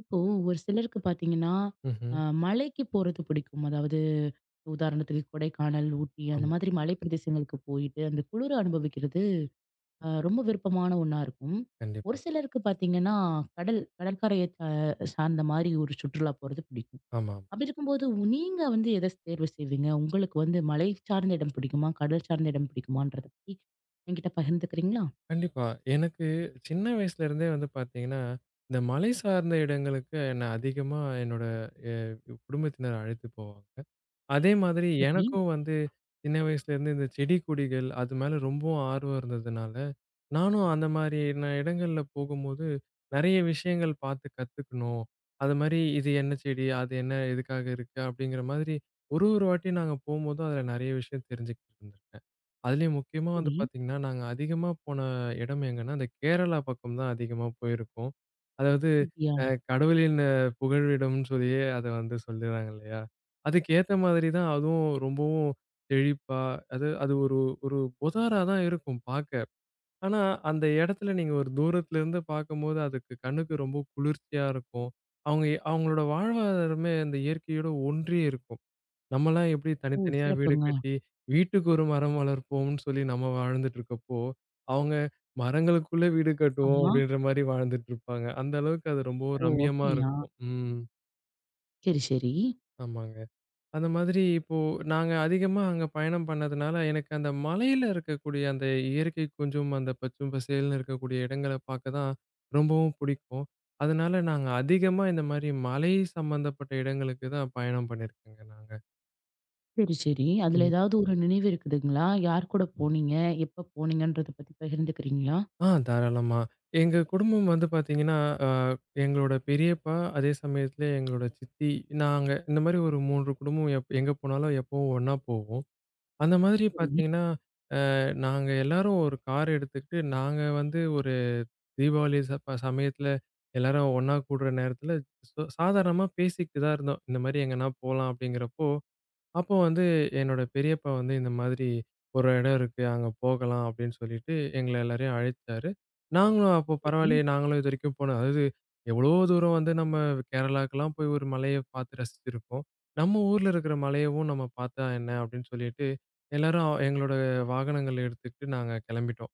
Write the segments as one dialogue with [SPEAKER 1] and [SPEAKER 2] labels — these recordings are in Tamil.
[SPEAKER 1] இப்போ ஒரு சிலருக்கு பார்த்தீங்கன்னா,
[SPEAKER 2] ம்ஹ்ம்.
[SPEAKER 1] அ மலைக்கு போறது பிடிக்கும். அதாவது உதாரணத்துக்கு கொடைக்கானல், ஊட்டி அந்த
[SPEAKER 2] ஆமா.
[SPEAKER 1] மாதிரி மலை பிரதேசங்களுக்கு போயிட்டு அந்த குளிர அனுபவிக்கிறது ரொம்ப விருப்பமான ஒண்ணா இருக்கும். ஒரு
[SPEAKER 2] கண்டிப்பா.
[SPEAKER 1] சிலருக்கு பார்த்தீங்கன்னா, கடல் கடற்கரைய சார்ந்த மாரி ஒரு சுற்றுலா போறது பிடிக்கும்.
[SPEAKER 2] ஆமாம்.
[SPEAKER 1] அப்படி இருக்கும்போது நீங்க வந்து எத தேர்வு செய்வீங்க? உங்களுக்கு வந்து மலை சார்ந்த இடம் பிடிக்குமா? கடல் சார்ந்த இடம் பிடிக்குமான்றத பத்தி என்கிட்ட பகிர்ந்துக்கிறீங்களா?
[SPEAKER 2] கண்டிப்பா. எனக்கு சின்ன வயசுல இருந்தே வந்து பார்த்தீங்கன்னா, இந்த மலை சார்ந்த இடங்களுக்கு என்ன அதிகமா என்னோட எ குடும்பத்தினர் அழைத்து போவாங்க. அதே மாதிரி
[SPEAKER 1] சரி,
[SPEAKER 2] எனக்கும் வந்து சின்ன வயசுல இருந்து இந்த செடி கொடிகள் அது மேல ரொம்பவும் ஆர்வம் இருந்ததுனால, நானும் அந்த மாரியான இடங்கள்ல போகும்போது, நெறைய விஷயங்கள் பார்த்து கத்துக்கணும். அது மாரி இது என்ன செடி? அது என்ன? எதுக்காக இருக்கு? அப்படிங்கிற மாதிரி ஒரு ஒரு வாட்டியும் நாங்க போம்போதும் அதில நெறைய விஷயம் தெரிஞ்சுக்கிட்டு இருந்திருக்கேன். அதிலயும் முக்கியமா வந்து
[SPEAKER 1] சரி.
[SPEAKER 2] பார்த்தீங்கன்னா, நாங்க அதிகமா போன இடம் எங்கன்னா, அந்த கேரளா பக்கம் தான் அதிகமா போயிருக்கோம். அதாவது
[SPEAKER 1] அப்படியா?
[SPEAKER 2] அ கடவுளின் புகழிடம்னு சொல்லியே அத வந்து சொல்லுறாங்க இல்லையா? அதுக்கு ஏத்த மாதிரி தான் அதுவும் ரொம்பவும் செழிப்பா, அது அது ஒரு ஒரு பொதாரா தான் இருக்கும் பார்க்க. ஆனா, அந்த இடத்துல நீங்க ஒரு தூரத்திலருந்து பார்க்கும்போது, அதுக்கு கண்ணுக்கு ரொம்ப குளிர்ச்சியா இருக்கும். அவங்க அவங்களோட வாழ்வாதாரமே அந்த இயற்கையோட ஒன்றி இருக்கும். நம்மலாம் எப்படி
[SPEAKER 1] ஓ!
[SPEAKER 2] தனித்தனியா வீடு
[SPEAKER 1] சிறப்புங்க.
[SPEAKER 2] கட்டி, வீட்டுக்கு ஒரு மரம் வளர்ப்போம்னு சொல்லி நம்ம வாழ்ந்துட்டு இருக்கப்போ, அவங்க மரங்களுக்குள்ள வீடு கட்டுவோம்
[SPEAKER 1] ஆமா.
[SPEAKER 2] அப்படின்ற மாரி வாழ்ந்துட்டு இருப்பாங்க. அந்த அளவுக்கு அது ரொம்ப
[SPEAKER 1] ஓ!
[SPEAKER 2] ரம்மியமா
[SPEAKER 1] அப்படியா?
[SPEAKER 2] இருக்கும்.
[SPEAKER 1] சரி, சரி.
[SPEAKER 2] ஆமாங்க. அந்த மாதிரி இப்போ நாங்க அதிகமா அங்க பயணம் பண்ணதுனால, எனக்கு அந்த மலையில இருக்கக்கூடிய அந்த இயற்கை கொஞ்சம் அந்த பச்சும் பசேல்னு இருக்கக்கூடிய இடங்கள பார்க்க தான் ரொம்பவும் பிடிக்கும். அதனால நாங்க அதிகமா இந்த மாரி மலை சம்பந்தப்பட்ட இடங்களுக்கு தான் பயணம் பண்ணியிருக்கோங்க நாங்க.
[SPEAKER 1] சரி, சரி. அதுல
[SPEAKER 2] ம்.
[SPEAKER 1] ஏதாவது ஒரு நினைவு இருக்குதுங்களா? யார் கூட போனீங்க? எப்ப போனீங்கன்றத பத்தி பகிர்ந்துக்கிறீங்களா?
[SPEAKER 2] ஆ தாராளமா. எங்க குடும்பம் வந்து பார்த்தீங்கன்னா, அ எங்களோட பெரியப்பா, அதே சமயத்தில எங்களோட சித்தி, நாங்க இந்த மாரி ஒரு 3 குடும்பம் எங்க போனாலும் எப்பவும் ஒண்ணா போவோம். அந்த மாதிரி
[SPEAKER 1] சரி,
[SPEAKER 2] பார்த்தீங்கன்னா நாங்க எல்லாரும் ஒரு கார் எடுத்துக்கிட்டு, நாங்க வந்து ஒரு தீபாவளி ச ப சமயத்துல எல்லாரும் ஒண்ணா கூடுற நேரத்துல, சாதாரணமா பேசிக்கிட்டு தான் இருந்தோம். இந்த மாரி எங்கனா போலாம் அப்படிங்கிறப்போ, அப்போ வந்து என்னோட பெரியப்பா வந்து இந்த மாதிரி ஒரு இடம் இருக்கு அங்க போகலாம் அப்படின்னு சொல்லிட்டு எங்களை எல்லாரையும் அழைச்சாரு. நாங்களும் அப்போ
[SPEAKER 1] சரி.
[SPEAKER 2] பரவாயில்லையே நாங்களும் இது வரைக்கும் போனோம். அதாவது எவ்வளோ தூரம் வந்து நம்ம கேரளாக்கெல்லாம் போய் ஒரு மலையை பார்த்து ரசிச்சிருக்கோம். நம்ம ஊர்ல இருக்கிற மலையவும் நம்ம பார்த்தா என்ன அப்படின்னு சொல்லிட்டு எல்லாரும் எங்களோட வாகனங்கள் எடுத்துக்கிட்டு நாங்க கிளம்பிட்டோம்.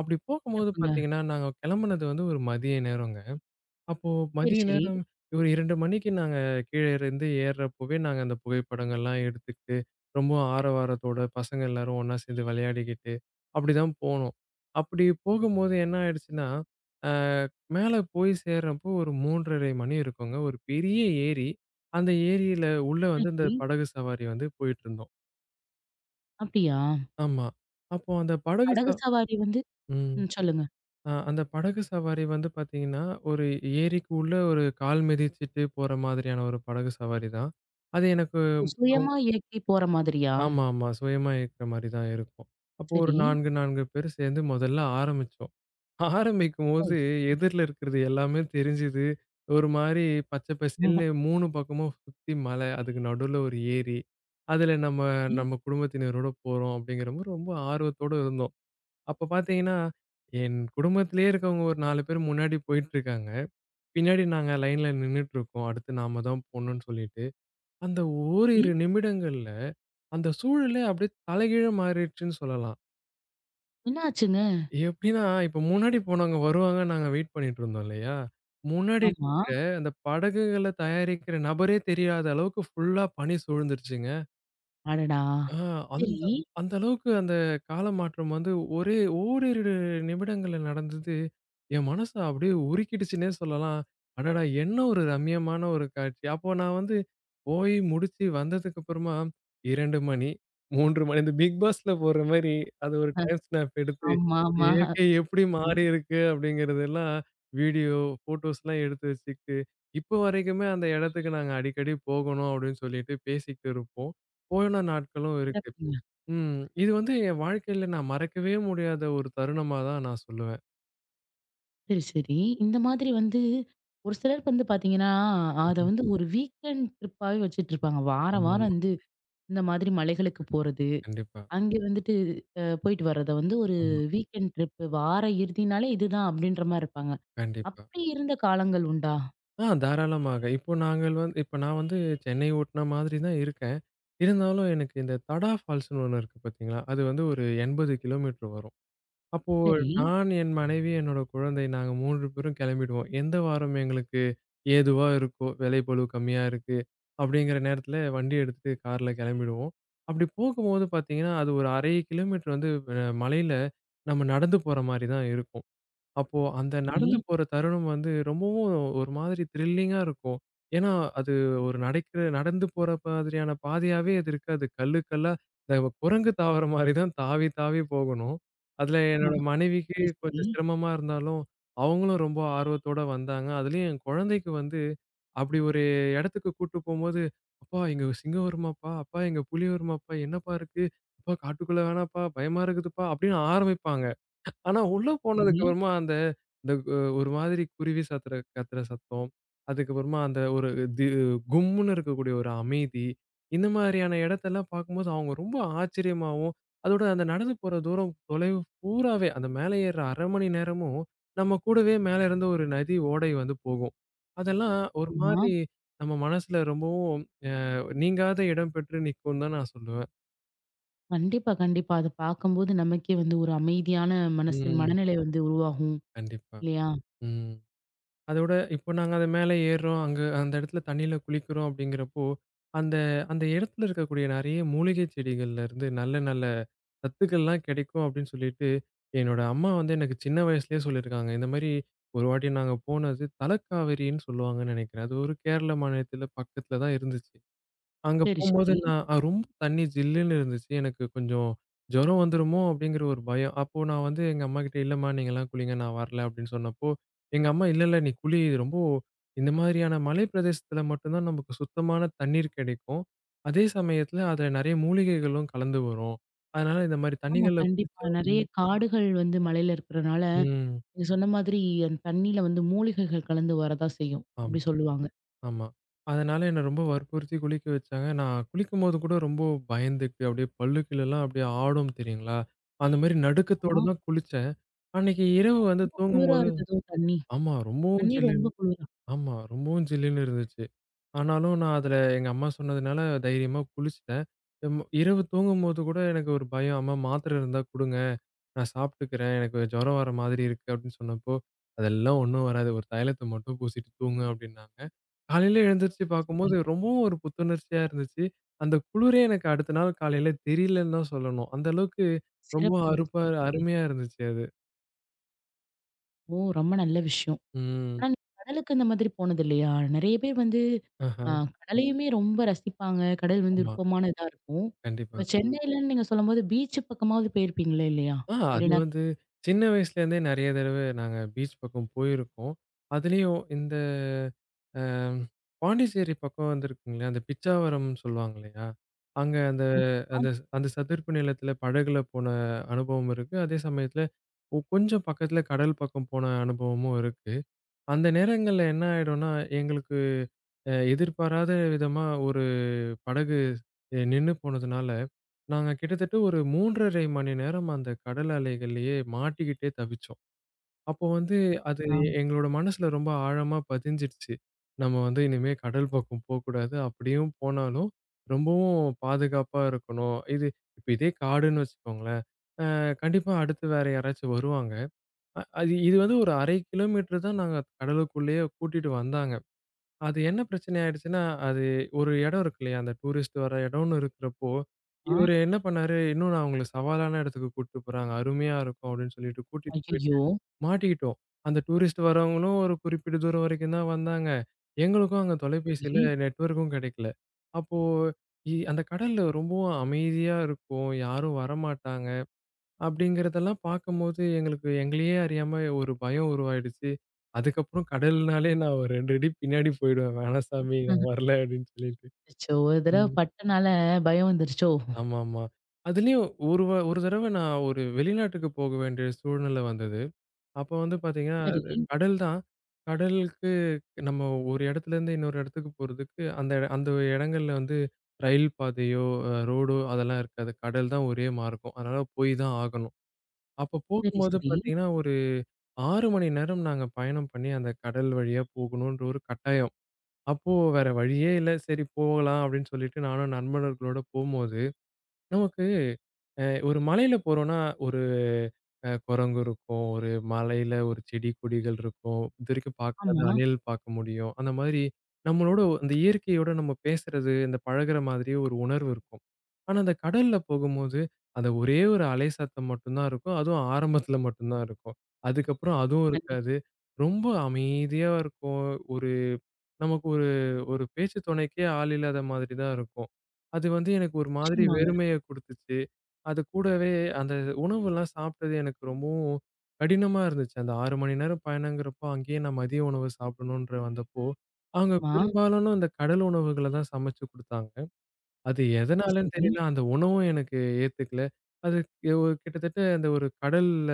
[SPEAKER 2] அப்படி போகும்போது
[SPEAKER 1] சிறப்புங்க.
[SPEAKER 2] பார்த்தீங்கன்னா நாங்க கிளம்புனது வந்து ஒரு மதிய நேரங்க. அப்போ
[SPEAKER 1] சரி,
[SPEAKER 2] மதிய
[SPEAKER 1] சரி.
[SPEAKER 2] நேரம் ஒரு 2 மணிக்கு நாங்க கீழ இருந்து ஏர்றப்பவே, நாங்க அந்த புகைப்படங்கள்லாம் எடுத்துக்கிட்டு, ரொம்ப ஆரவாரத்தோட பசங்க எல்லாரும் ஒண்ணா சேர்ந்து விளையாடிக்கிட்டு, அப்படிதான் போனோம். அப்படி போகும்போது என்ன ஆயிடுச்சுன்னா, அ மேல போய் சேர்றப்போ ஒரு 3:30 மணி இருக்குங்க. ஒரு பெரிய ஏரி. அந்த ஏரியில உள்ள வந்து இந்த
[SPEAKER 1] சரி.
[SPEAKER 2] படகு சவாரி வந்து போயிட்டுருந்தோம்.
[SPEAKER 1] அப்படியா?
[SPEAKER 2] ஆமா. அப்போ அந்த படகு ச
[SPEAKER 1] படகு சவாரி வந்து.
[SPEAKER 2] ம்.
[SPEAKER 1] ம், சொல்லுங்க.
[SPEAKER 2] அந்த படகு சவாரி வந்து பார்த்தீங்கன்னா, ஒரு ஏரிக்கு உள்ள ஒரு கால் மிதிச்சுட்டு போற மாதிரியான ஒரு படகு சவாரி தான். அது எனக்கு
[SPEAKER 1] ஓ!
[SPEAKER 2] ரொ
[SPEAKER 1] சுயமா இயக்கி போற மாதிரியா?
[SPEAKER 2] ஆமா, ஆமா. சுயமா இருக்கிற மாரி தான் இருக்கும். அப்போ ஒரு
[SPEAKER 1] சரி.
[SPEAKER 2] 4, 4 பேர் சேர்ந்து முதல்ல ஆரம்பிச்சோம்.
[SPEAKER 1] ஓ!
[SPEAKER 2] ஆரம்பிக்கும்போது
[SPEAKER 1] சரி.
[SPEAKER 2] எதிர்ல இருக்கிறது எல்லாமே தெரிஞ்சுது. ஒரு மாரி பச்சை பசேல்னு 3 பக்கமும் சுத்தி மலை, அதுக்கு நடுவுல ஒரு ஏரி. அதுல நம்ம
[SPEAKER 1] சரி,
[SPEAKER 2] நம்ம குடும்பத்தினரோட போறோம் அப்படிங்கிறபோது ரொம்ப ஆர்வத்தோட இருந்தோம். அப்ப பார்த்தீங்கன்னா, என் குடும்பத்திலேயே இருக்கவங்க ஒரு 4 பேர் முன்னாடி போயிட்டுருக்காங்க. பின்னாடி நாங்க லைன்ல நின்னுட்டுருக்கோம். அடுத்து நாம தான் போணும்னு சொல்லிட்டு. அந்த
[SPEAKER 1] சரி.
[SPEAKER 2] ஓரிரு நிமிடங்கள்ல அந்த சூழலே அப்படியே தலைகீழா மாறிடுச்சுன்னு சொல்லலாம்.
[SPEAKER 1] என்ன ஆச்சுங்க?
[SPEAKER 2] எப்படின்னா, இப்ப முன்னாடி போனவங்க வருவாங்கன்னு நாங்க வெயிட் பண்ணிட்டுருந்தோம் இல்லையா? முன்னாடி
[SPEAKER 1] ஆமா.
[SPEAKER 2] நிக்கிற அந்த படகுகள தயாரிக்கிற நபரே தெரியாத அளவுக்கு ஃபுல்லா பனி சூழ்ந்துருச்சுங்க.
[SPEAKER 1] அடடா!
[SPEAKER 2] ஆ அந்த
[SPEAKER 1] சரி.
[SPEAKER 2] அந்த அளவுக்கு அந்த கால மாற்றம் வந்து ஒரே ஓரிரு நிமிடங்கள்ல நடந்தது. என் மனச அப்படியே உருக்கிடுச்சுன்னே சொல்லலாம். அடடா! என்ன ஒரு ரம்மியமான ஒரு காட்சி. அப்போ நான் வந்து போய் முடிச்சு வந்ததுக்கு அப்புறமா 2 மணி, 3 மணி இந்த பிக் பாஸ்ல போடுற மாரி அது ஒரு
[SPEAKER 1] அ
[SPEAKER 2] டைம் ஸ்னாப் எடுத்து
[SPEAKER 1] ஆமா,
[SPEAKER 2] இந்த
[SPEAKER 1] ஆமா.
[SPEAKER 2] இயற்கை எப்படி
[SPEAKER 1] ம்.
[SPEAKER 2] மாறியிருக்கு அப்படிங்கிறதெல்லாம் வீடியோ, ஃபோட்டோஸ்லாம் எடுத்து வச்சுக்கிட்டு, இப்போ வரைக்குமே அந்த இடத்துக்கு நாங்க அடிக்கடி போகணும் அப்படின்னு சொல்லிட்டு பேசிக்கிட்டு இருப்போம். போன நாட்களும் இருக்கு.
[SPEAKER 1] சிறப்புங்க.
[SPEAKER 2] ம். இது வந்து என் வாழ்க்கையில நான் மறக்கவே முடியாத ஒரு தருணமா தான் நான் சொல்லுவேன்.
[SPEAKER 1] சரி, சரி. இந்த மாதிரி வந்து ஒரு சிலருக்கு வந்து பாத்தீங்கன்னா, அத
[SPEAKER 2] ம்ஹ்ம்.
[SPEAKER 1] வந்து ஒரு வீக்கெண்ட் ட்ரிப்பாவே வச்சுட்டு இருப்பாங்க. வாரம், வாரம்
[SPEAKER 2] ஆமாமா.
[SPEAKER 1] வந்து இந்த மாதிரி மலைகளுக்கு போறது.
[SPEAKER 2] கண்டிப்பா.
[SPEAKER 1] அங்கே வந்துட்டு போயிட்டு வர்றத வந்து ஒரு
[SPEAKER 2] ஆமா.
[SPEAKER 1] வீக்கெண்ட் ட்ரிப் வார இறுதினாலே இதுதான் அப்டின்ற மாரி இருப்பாங்க.
[SPEAKER 2] கண்டிப்பா.
[SPEAKER 1] அப்படி இருந்த காலங்கள் உண்டா?
[SPEAKER 2] ஆ தாராளமாக. இப்போ நான் வந்து சென்னை ஒட்டுன மாதிரி தான் இருக்கேன். இருந்தாலும் எனக்கு இந்த தடா ஃபால்ஸ்ன்னு ஒண்ணு இருக்கு பார்த்தீங்களா? அது வந்து ஒரு 80 கிலோமீட்டர் வரும். அப்போ
[SPEAKER 1] சரி,
[SPEAKER 2] நான், என் மனைவி, என்னோட குழந்தை நாங்க 3 பேரும் கிளம்பிடுவோம். எந்த வாரம் எங்களுக்கு ஏதுவா இருக்கோ, வேலைப்பளு கம்மியா இருக்கு அப்படிங்கிற நேரத்தில வண்டி எடுத்துட்டு கார்ல கிளம்பிடுவோம். அப்படி போகும்போது பார்த்தீங்கன்னா, அது ஒரு 1/2 கிலோமீட்டர் வந்து மலையில நம்ம நடந்து போற மாரி தான் இருக்கும். அப்போ அந்த
[SPEAKER 1] சரி.
[SPEAKER 2] நடந்து போற தருணம் வந்து ரொம்பவும் ஒரு மாதிரி த்ரில்லிங்கா இருக்கும். ஏன்னா, அது ஒரு நடந்து போற மாதிரியான பாதையாவே அது இருக்காது. கல்லு கல்லா இந்த குரங்கு தாவுற மாரி தான் தாவி தாவி போகணும். அதுல என்னோட
[SPEAKER 1] ஆஹா.
[SPEAKER 2] மனைவிக்கு
[SPEAKER 1] சரி, சரி,
[SPEAKER 2] கொஞ்சம் சிரமமா இருந்தாலும், அவங்களும் ரொம்ப ஆர்வத்தோட வந்தாங்க. அதுலயும் என் குழந்தைக்கு வந்து அப்படி ஒரு இடத்துக்கு கூட்டு போம்போது, "அப்பா இங்க சிங்கம் வருமாப்பா, அப்பா இங்க புலி வருமாப்பா, என்னப்பா இருக்கு? அப்பா காட்டுக்குள்ள வேணாம்ப்பா, பயமா இருக்குதுப்பா" அப்படின்னு ஆரம்பிப்பாங்க. ஆனா உள்ள
[SPEAKER 1] சரி.
[SPEAKER 2] போனதுக்கு அப்புறமா அந்த இந்த ஒரு மாதிரி குருவி சத்துற கத்துற சத்தம். அதுக்கப்புறமா அந்த ஒரு தி கும்முன்னு இருக்கக்கூடிய ஒரு அமைதி. இந்த மாதிரியான இடத்தெல்லாம் பார்க்கும்போது அவங்க ரொம்ப ஆச்சரியமாவும், அதோட அந்த நடந்து போற தூரம் தொலைவு பூராவே அந்த மேல ஏறுற 1/2 மணி நேரமும் நம்ம கூடவே மேல இருந்து ஒரு நதி ஓடை வந்து போகும். அதெல்லாம் ஒரு
[SPEAKER 1] ஆமா.
[SPEAKER 2] மாரி நம்ம மனசுல ரொம்பவும் நீங்காத இடம் பெற்று நிக்கும்னு தான் நான் சொல்லுவேன்.
[SPEAKER 1] கண்டிப்பா, கண்டிப்பா. அத பார்க்கும்போது நமக்கே வந்து ஒரு அமைதியான மனசு
[SPEAKER 2] ம்.
[SPEAKER 1] மனநிலை வந்து உருவாகும்.
[SPEAKER 2] கண்டிப்பா.
[SPEAKER 1] இல்லையா?
[SPEAKER 2] ம். அதோட இப்போ நாங்க அது மேல ஏறுறோம். அங்க அந்த இடத்துல தண்ணீல குளிக்கிறோம் அப்படிங்கிறப்போ, அந்த அந்த இடத்துல இருக்கக்கூடிய நெறைய மூலிகை செடிகள்ல இருந்து நல்ல நல்ல சத்துக்கள்லாம் கிடைக்கும் அப்படின்னு சொல்லிட்டு, என்னோட அம்மா வந்து எனக்கு சின்ன வயசுலயே சொல்லியிருக்காங்க. இந்த மாரி ஒரு வாட்டி நாங்க போனது தலக்காவேரின்னு சொல்லுவாங்கன்னு நெனைக்கிறேன். அது ஒரு கேரள மாநிலத்தில பக்கத்தில தான் இருந்துச்சு. அங்க
[SPEAKER 1] சரி,
[SPEAKER 2] போம்போது
[SPEAKER 1] சரி.
[SPEAKER 2] நான் ரொம்ப தண்ணி ஜில்லுன்னு இருந்துச்சு. எனக்கு கொஞ்சம் ஜுரம் வந்துருமோ! அப்பிடிங்கிற ஒரு பயம். அப்போ நான் வந்து எங்க அம்மாகிட்ட, "இல்லம்மா, நீங்கலாம் குளிங்க. நான் வரல." அப்பிடின்னு சொன்னப்போ, எங்க அம்மா, "இல்ல, இல்ல. நீ குளி. இது ரொம்ப இந்த மாதிரியான மலை பிரதேசத்தில மட்டும் தான் நமக்கு சுத்தமான தண்ணீர் கிடைக்கும். அதே சமயத்தில அதில நெறைய மூலிகைகளும் கலந்து வரும். அதனால இந்தமாரி
[SPEAKER 1] ஆமா,
[SPEAKER 2] தண்ணீகள்ல
[SPEAKER 1] கண்டிப்பா.
[SPEAKER 2] குளிச்சா"
[SPEAKER 1] நெறைய
[SPEAKER 2] ம்.
[SPEAKER 1] காடுகள் வந்து மலையில இருக்கிறனால,
[SPEAKER 2] ம்.
[SPEAKER 1] நீங்க சொன்ன மாதிரி அந்த தண்ணீல வந்து மூலிகைகள் கலந்து வரதா செய்யும்.
[SPEAKER 2] ஆமா.
[SPEAKER 1] அப்படி சொல்லுவாங்க.
[SPEAKER 2] ஆமா. அதனால என்ன ரொம்ப வற்புறுத்தி குளிக்க வச்சாங்க. நான் குளிக்கும்போது கூட ரொம்ப பயந்துட்டு, அப்படியே பல்லு கீழலாம் அப்படியே ஆடும் தெரியுங்களா? அந்த மாரி நடுக்கத்தோட
[SPEAKER 1] ஆ,
[SPEAKER 2] தான் குளிச்சேன். அன்னைக்கு இரவு வந்து
[SPEAKER 1] குளிரா
[SPEAKER 2] தூங்கும்போது
[SPEAKER 1] இருந்ததோ தண்ணி.
[SPEAKER 2] ஆமா ரொம்பவும்
[SPEAKER 1] தண்ணீ ரொம்ப குளிராச்சு.
[SPEAKER 2] ஜில்லுன்னு இருந்துச்சு. ஆனாலும் நான் அதுல எங்க அம்மா சொன்னதுனால தைரியமா குளிச்சுட்டேன். எம் இரவு தூங்கும்போது கூட எனக்கு ஒரு பயம். அம்மா மாத்திரை இருந்தா குடுங்க. நான் சாப்பிட்டுக்கிறேன். எனக்கு ஜுரம் வர மாதிரி இருக்கு அப்படின்னு சொன்னப்போ, அதெல்லாம் ஒண்ணும் வராது. ஒரு தைலத்த மட்டும் பூசிட்டு தூங்கு அப்படின்னாங்க. காலையில எழுந்திரிச்சு பார்க்கும்போது ரொம்பவும் ஒரு புத்துணர்ச்சியா இருந்துச்சு. அந்த குளிரே எனக்கு அடுத்த நாள் காலையில தெரியலன்னு தான் சொல்லணும். அந்த அளவுக்கு ரொம்ப
[SPEAKER 1] சிறப்புங்க,
[SPEAKER 2] அருப்பா
[SPEAKER 1] சிறப்புங்க.
[SPEAKER 2] அருமையா இருந்துச்சு அது.
[SPEAKER 1] ஓ! ரொம்ப நல்ல விஷயம்.
[SPEAKER 2] ம்.
[SPEAKER 1] ஆனா நீங்க கடலுக்கு அந்த மாதிரி போனது இல்லையா? நெறைய பேர் வந்து
[SPEAKER 2] ஆஹ.
[SPEAKER 1] அ கடலையுமே ரொம்ப ரசிப்பாங்க. கடல் வந்து
[SPEAKER 2] ஆமா.
[SPEAKER 1] விருப்பமான இதா இருக்கும்.
[SPEAKER 2] கண்டிப்பா.
[SPEAKER 1] இப்ப சென்னையிலன்னு நீங்க சொல்லும்போது பீச் பக்கமாவது போயிருப்பீங்களே இல்லையா?
[SPEAKER 2] ஆ அது
[SPEAKER 1] மெரினா
[SPEAKER 2] வந்து சின்ன வயசுலேருந்தே நெறைய தடவ நாங்க பீச் பக்கம் போயிருக்கோம். அதுலயும் இந்த அ பாண்டிச்சேரி பக்கம் வந்திருக்குங்களே, அந்த பிச்சாவரம்னு சொல்லுவாங்க இல்லையா? அங்க அந்த அந்த
[SPEAKER 1] கடல்.
[SPEAKER 2] அந்த சதுப்பு நிலத்தில படகுல போன அனுபவம் இருக்கு. அதே சமயத்தில கொஞ்சம் பக்கத்தில கடல் பக்கம் போன அனுபவமும் இருக்கு. அந்த நேரங்கள்ல என்ன ஆயிடும்னா, எங்களுக்கு எதிர்பாராத விதமா ஒரு படகு நின்னு போனதுனால, நாங்க கிட்டத்தட்ட ஒரு 3 1/2 மணி நேரம் அந்த கடல் அலைகள்லயே மாட்டிக்கிட்டே தவிச்சோம். அப்போ வந்து அது
[SPEAKER 1] ஆ,
[SPEAKER 2] எங்களோட மனசுல ரொம்ப ஆழமா பதிஞ்சிடுச்சு. நம்ம வந்து இனிமே கடல் பக்கம் போக்கூடாது. அப்படியும் போனாலும் ரொம்பவும் பாதுகாப்பா இருக்கணும். இது இப்ப இதே காடுன்னு வச்சுக்கோங்களேன். அ கண்டிப்பா அடுத்து வேற யாராச்சும் வருவாங்க. அது இது வந்து ஒரு 1/2 கிலோமீட்டர் தான் நாங்க கடலுக்குள்ளேயே கூட்டிட்டு வந்தாங்க. அது என்ன பிரச்சனை ஆயிடுச்சுன்னா, அது ஒரு இடம் இருக்கு இல்லையா? அந்த டூரிஸ்ட் வர இடம்னு இருக்கிறப்போ,
[SPEAKER 1] ஆ.
[SPEAKER 2] இவரு என்ன பண்ணாரு, இன்னும் நான் உங்கள சவாலான இடத்துக்கு கூட்டிட்டு போறாங்க. அருமையா இருக்கும் அப்படின்னு சொல்லிட்டு கூட்டிட்டு போயிட்டு
[SPEAKER 1] ஐயய்யோ!
[SPEAKER 2] மாட்டிக்கிட்டோம். அந்த டூரிஸ்ட் வரவங்களும் ஒரு குறிப்பிட்ட தூரம் வரைக்கும் தான் வந்தாங்க. எங்களுக்கும் அங்க தொலைபேசியில
[SPEAKER 1] சரி.
[SPEAKER 2] நெட்வொர்க்கும் கிடைக்கல. அப்போ அந்த கடல்ல ரொம்பவும் அமைதியா இருக்கும். யாரும் வரமாட்டாங்க. அப்படிங்கிறதெல்லாம் பார்க்கும்போது எங்களுக்கு எங்களையே அறியாம ஒரு பயம் உருவாயிடுச்சு. அதுக்கப்புறம் கடல்னாலே நான் ஒரு 2 அடி பின்னாடி போயிடுவேன். "வேணாம் சாமி நான் வரல" அப்படின்னு சொல்லிட்டு.
[SPEAKER 1] அச்சோ! ஒரு தடவ
[SPEAKER 2] ம்.
[SPEAKER 1] பட்டனால பயம் வந்துருச்சோ?
[SPEAKER 2] ஆமாமா. அதுலயும் ஒரு தடவ நான் ஒரு வெளிநாட்டுக்கு போக வேண்டிய சூழ்நிலை வந்தது. அப்ப வந்து பார்த்தீங்கன்னா,
[SPEAKER 1] சரி,
[SPEAKER 2] அது கடல் தான். கடலுக்கு நம்ம ஒரு இடத்துலேருந்து இன்னொரு இடத்துக்கு போறதுக்கு, அந்த அந்த இடங்கள்ல வந்து ரயில் பாதையோ, ரோடோ அதெல்லாம் இருக்காது. கடல் தான் ஒரே மார்க்கம். அதனால போய் தான் ஆகணும். அப்ப
[SPEAKER 1] சரி,
[SPEAKER 2] போகும்போது
[SPEAKER 1] சரி.
[SPEAKER 2] பார்த்தீங்கன்னா, ஒரு 6 மணி நேரம் நாங்க பயணம் பண்ணி அந்த கடல் வழியா போகணுன்ற ஒரு கட்டாயம். அப்போ வேற வழியே இல்ல. சரி போகலாம் அப்படின்னு சொல்லிட்டு நானும் நண்பர்களோட போம்போது, நமக்கு ஒரு மலையில போறோம்னா குரங்கு இருக்கும். ஒரு மலையில ஒரு செடி கொடிகள் இருக்கும். இதுவரைக்கும் பார்க்காத
[SPEAKER 1] ஆமா.
[SPEAKER 2] அணில் பார்க்க முடியும். அந்த மாதிரி நம்மளோட அந்த இயற்கையோட நம்ம பேசுறது, இந்த பழகுற மாதிரியே ஒரு உணர்வு இருக்கும். ஆனா அந்த கடல்ல போகும்போது, அந்த ஒரே ஒரு அலை சத்தம் மட்டும் தான் இருக்கும். அதுவும் ஆரம்பத்துல மட்டும் தான் இருக்கும். அதுக்கப்புறம் அதுவும்
[SPEAKER 1] கண்டிப்பா.
[SPEAKER 2] இருக்காது. ரொம்ப அமைதியா இருக்கும். ஒரு நமக்கு ஒரு ஒரு பேச்சு துணைக்கே ஆள் இல்லாத மாதிரி தான் இருக்கும். அது வந்து எனக்கு ஒரு மாதிரி
[SPEAKER 1] நிச்சயமாங்க.
[SPEAKER 2] வெறுமைய குடுத்துச்சு. அது கூடவே அந்த உணவுலாம் சாப்பிட்டது எனக்கு ரொம்பவும் கடினமா இருந்துச்சு. அந்த 6 மணி நேரம் பயணங்கிறப்போ, அங்கேயே நான் மதிய உணவு சாப்பிடணுன்ற வந்தப்போ, அவங்க
[SPEAKER 1] ஆமா.
[SPEAKER 2] பெரும்பாலான அந்த கடல் உணவுகள தான் சமைச்சு குடுத்தாங்க. அது எதனாலன்னு
[SPEAKER 1] சரி.
[SPEAKER 2] தெரியல. அந்த உணவும் எனக்கு ஏத்துக்கல. அது கிட்டத்தட்ட அந்த ஒரு கடல்ல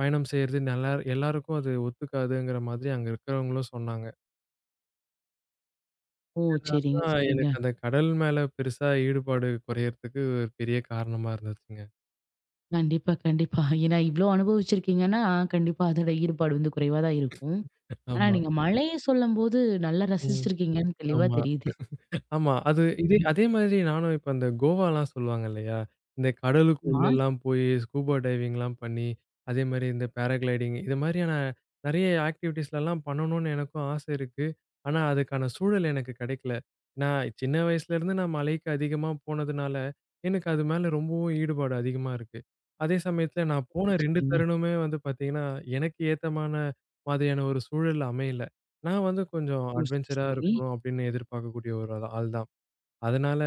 [SPEAKER 2] பயணம் செய்றது நல்லா எல்லாருக்கும் அது ஒத்துக்காதுங்கிற மாதிரி அங்க இருக்கிறவங்களும் சொன்னாங்க.
[SPEAKER 1] ஓ!
[SPEAKER 2] இதனால
[SPEAKER 1] சரிங்க,
[SPEAKER 2] தான்
[SPEAKER 1] சரிங்க.
[SPEAKER 2] எனக்கு அந்த கடல் மேல பெருசா ஈடுபாடு குறையறதுக்கு ஒரு பெரிய காரணமா இருந்துச்சுங்க.
[SPEAKER 1] கண்டிப்பா, கண்டிப்பா. ஏன்னா இவ்ளோ அனுபவிச்சிருக்கீங்கன்னா, கண்டிப்பா அதோட ஈடுபாடு வந்து குறைவா தான் இருக்கும். ஆனா
[SPEAKER 2] ஆமா.
[SPEAKER 1] நீங்க மழைய சொல்லும்போது நல்லா
[SPEAKER 2] ம்.
[SPEAKER 1] ரசிச்சிருக்கீங்கன்னு தெளிவா
[SPEAKER 2] ஆமா.
[SPEAKER 1] தெரியுது.
[SPEAKER 2] ஆமா. அது இதே
[SPEAKER 1] ம்ஹும்.
[SPEAKER 2] அதே மாதிரி நானும் இப்ப அந்த கோவாலாம் சொல்லுவாங்க இல்லையா? இந்த கடலுக்கு
[SPEAKER 1] ஆமா.
[SPEAKER 2] உள்ளலாம் போயி ஸ்கூபா டைவிங்லாம் பண்ணி, அதே மாரி இந்த பேராகிளைடிங் இது மாரியான நெறைய ஆக்டிவிட்டீஸ்லலாம் பண்ணணும்னு எனக்கும் ஆசை இருக்கு. ஆனா, அதுக்கான சூழல் எனக்கு கிடைக்கல. நான் சின்ன வயசுலேருந்து நான் மலைக்கு அதிகமா போனதுனால, எனக்கு அது மேல ரொம்பவும் ஈடுபாடு அதிகமா இருக்கு. அதே சமயத்துல நான் போன
[SPEAKER 1] ஓ!
[SPEAKER 2] 2
[SPEAKER 1] சரிங்க.
[SPEAKER 2] தருணமே வந்து பார்த்தீங்கன்னா, எனக்கு ஏத்தமான மாதிரியான ஒரு சூழல் அமையல. நான் வந்து கொஞ்சம்
[SPEAKER 1] ஓ! சரி,
[SPEAKER 2] அட்வென்ச்சரா
[SPEAKER 1] சரி.
[SPEAKER 2] இருக்கணும் அப்படின்னு எதிர்பார்க்கக்கூடிய ஒரு ஆள் ஆள் தான். அதனால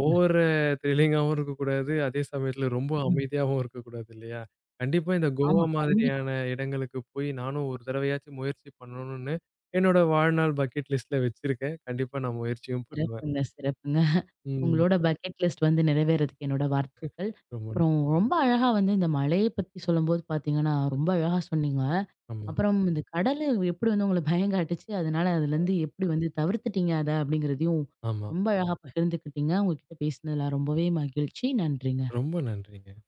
[SPEAKER 2] ஓவரு த்ரில்லிங்காவும் இருக்கக்கூடாது. அதே சமயத்துல ரொம்ப
[SPEAKER 1] ம்.
[SPEAKER 2] அமைதியாவும் இருக்கக்கூடாது இல்லையா? கண்டிப்பா இந்த கோவா
[SPEAKER 1] ஆமா. கண்டிப்பா.
[SPEAKER 2] மாதிரியான இடங்களுக்கு போய் நானும் ஒரு தடவையாச்சும் முயற்சி பண்ணணும்னு என்னோட வாழ்நாள் பக்கெட் லிஸ்ட்ல வச்சிருக்கேன். கண்டிப்பா நான் முயற்சியும் பண்ணுவேன்.
[SPEAKER 1] சிறப்புங்க, சிறப்புங்க.
[SPEAKER 2] ம்.
[SPEAKER 1] உங்களோட பக்கெட் லிஸ்ட் வந்து நிறைவேறதுக்கு என்னோட வாழ்த்துக்கள்.
[SPEAKER 2] ரொம்ப ந-
[SPEAKER 1] அப்புறம் ரொம்ப அழகா வந்து இந்த மழைய பத்தி சொல்லும்போது பார்த்தீங்கன்னா, ரொம்ப அழகா சொன்னீங்க.
[SPEAKER 2] ஆமா,
[SPEAKER 1] அப்புறம் இந்த கடலு எப்படி வந்து உங்கள பயங்காட்டுச்சு, அதனால அதுலருந்து எப்படி வந்து தவிர்த்துட்டீங்க அத அப்படிங்கிறதையும்
[SPEAKER 2] ஆமா.
[SPEAKER 1] ரொம்ப அழகா பகிர்ந்துக்கிட்டீங்க. உங்க கிட்ட பேசினதுல ரொம்பவே மகிழ்ச்சி. நன்றிங்க.
[SPEAKER 2] ரொம்ப நன்றிங்க.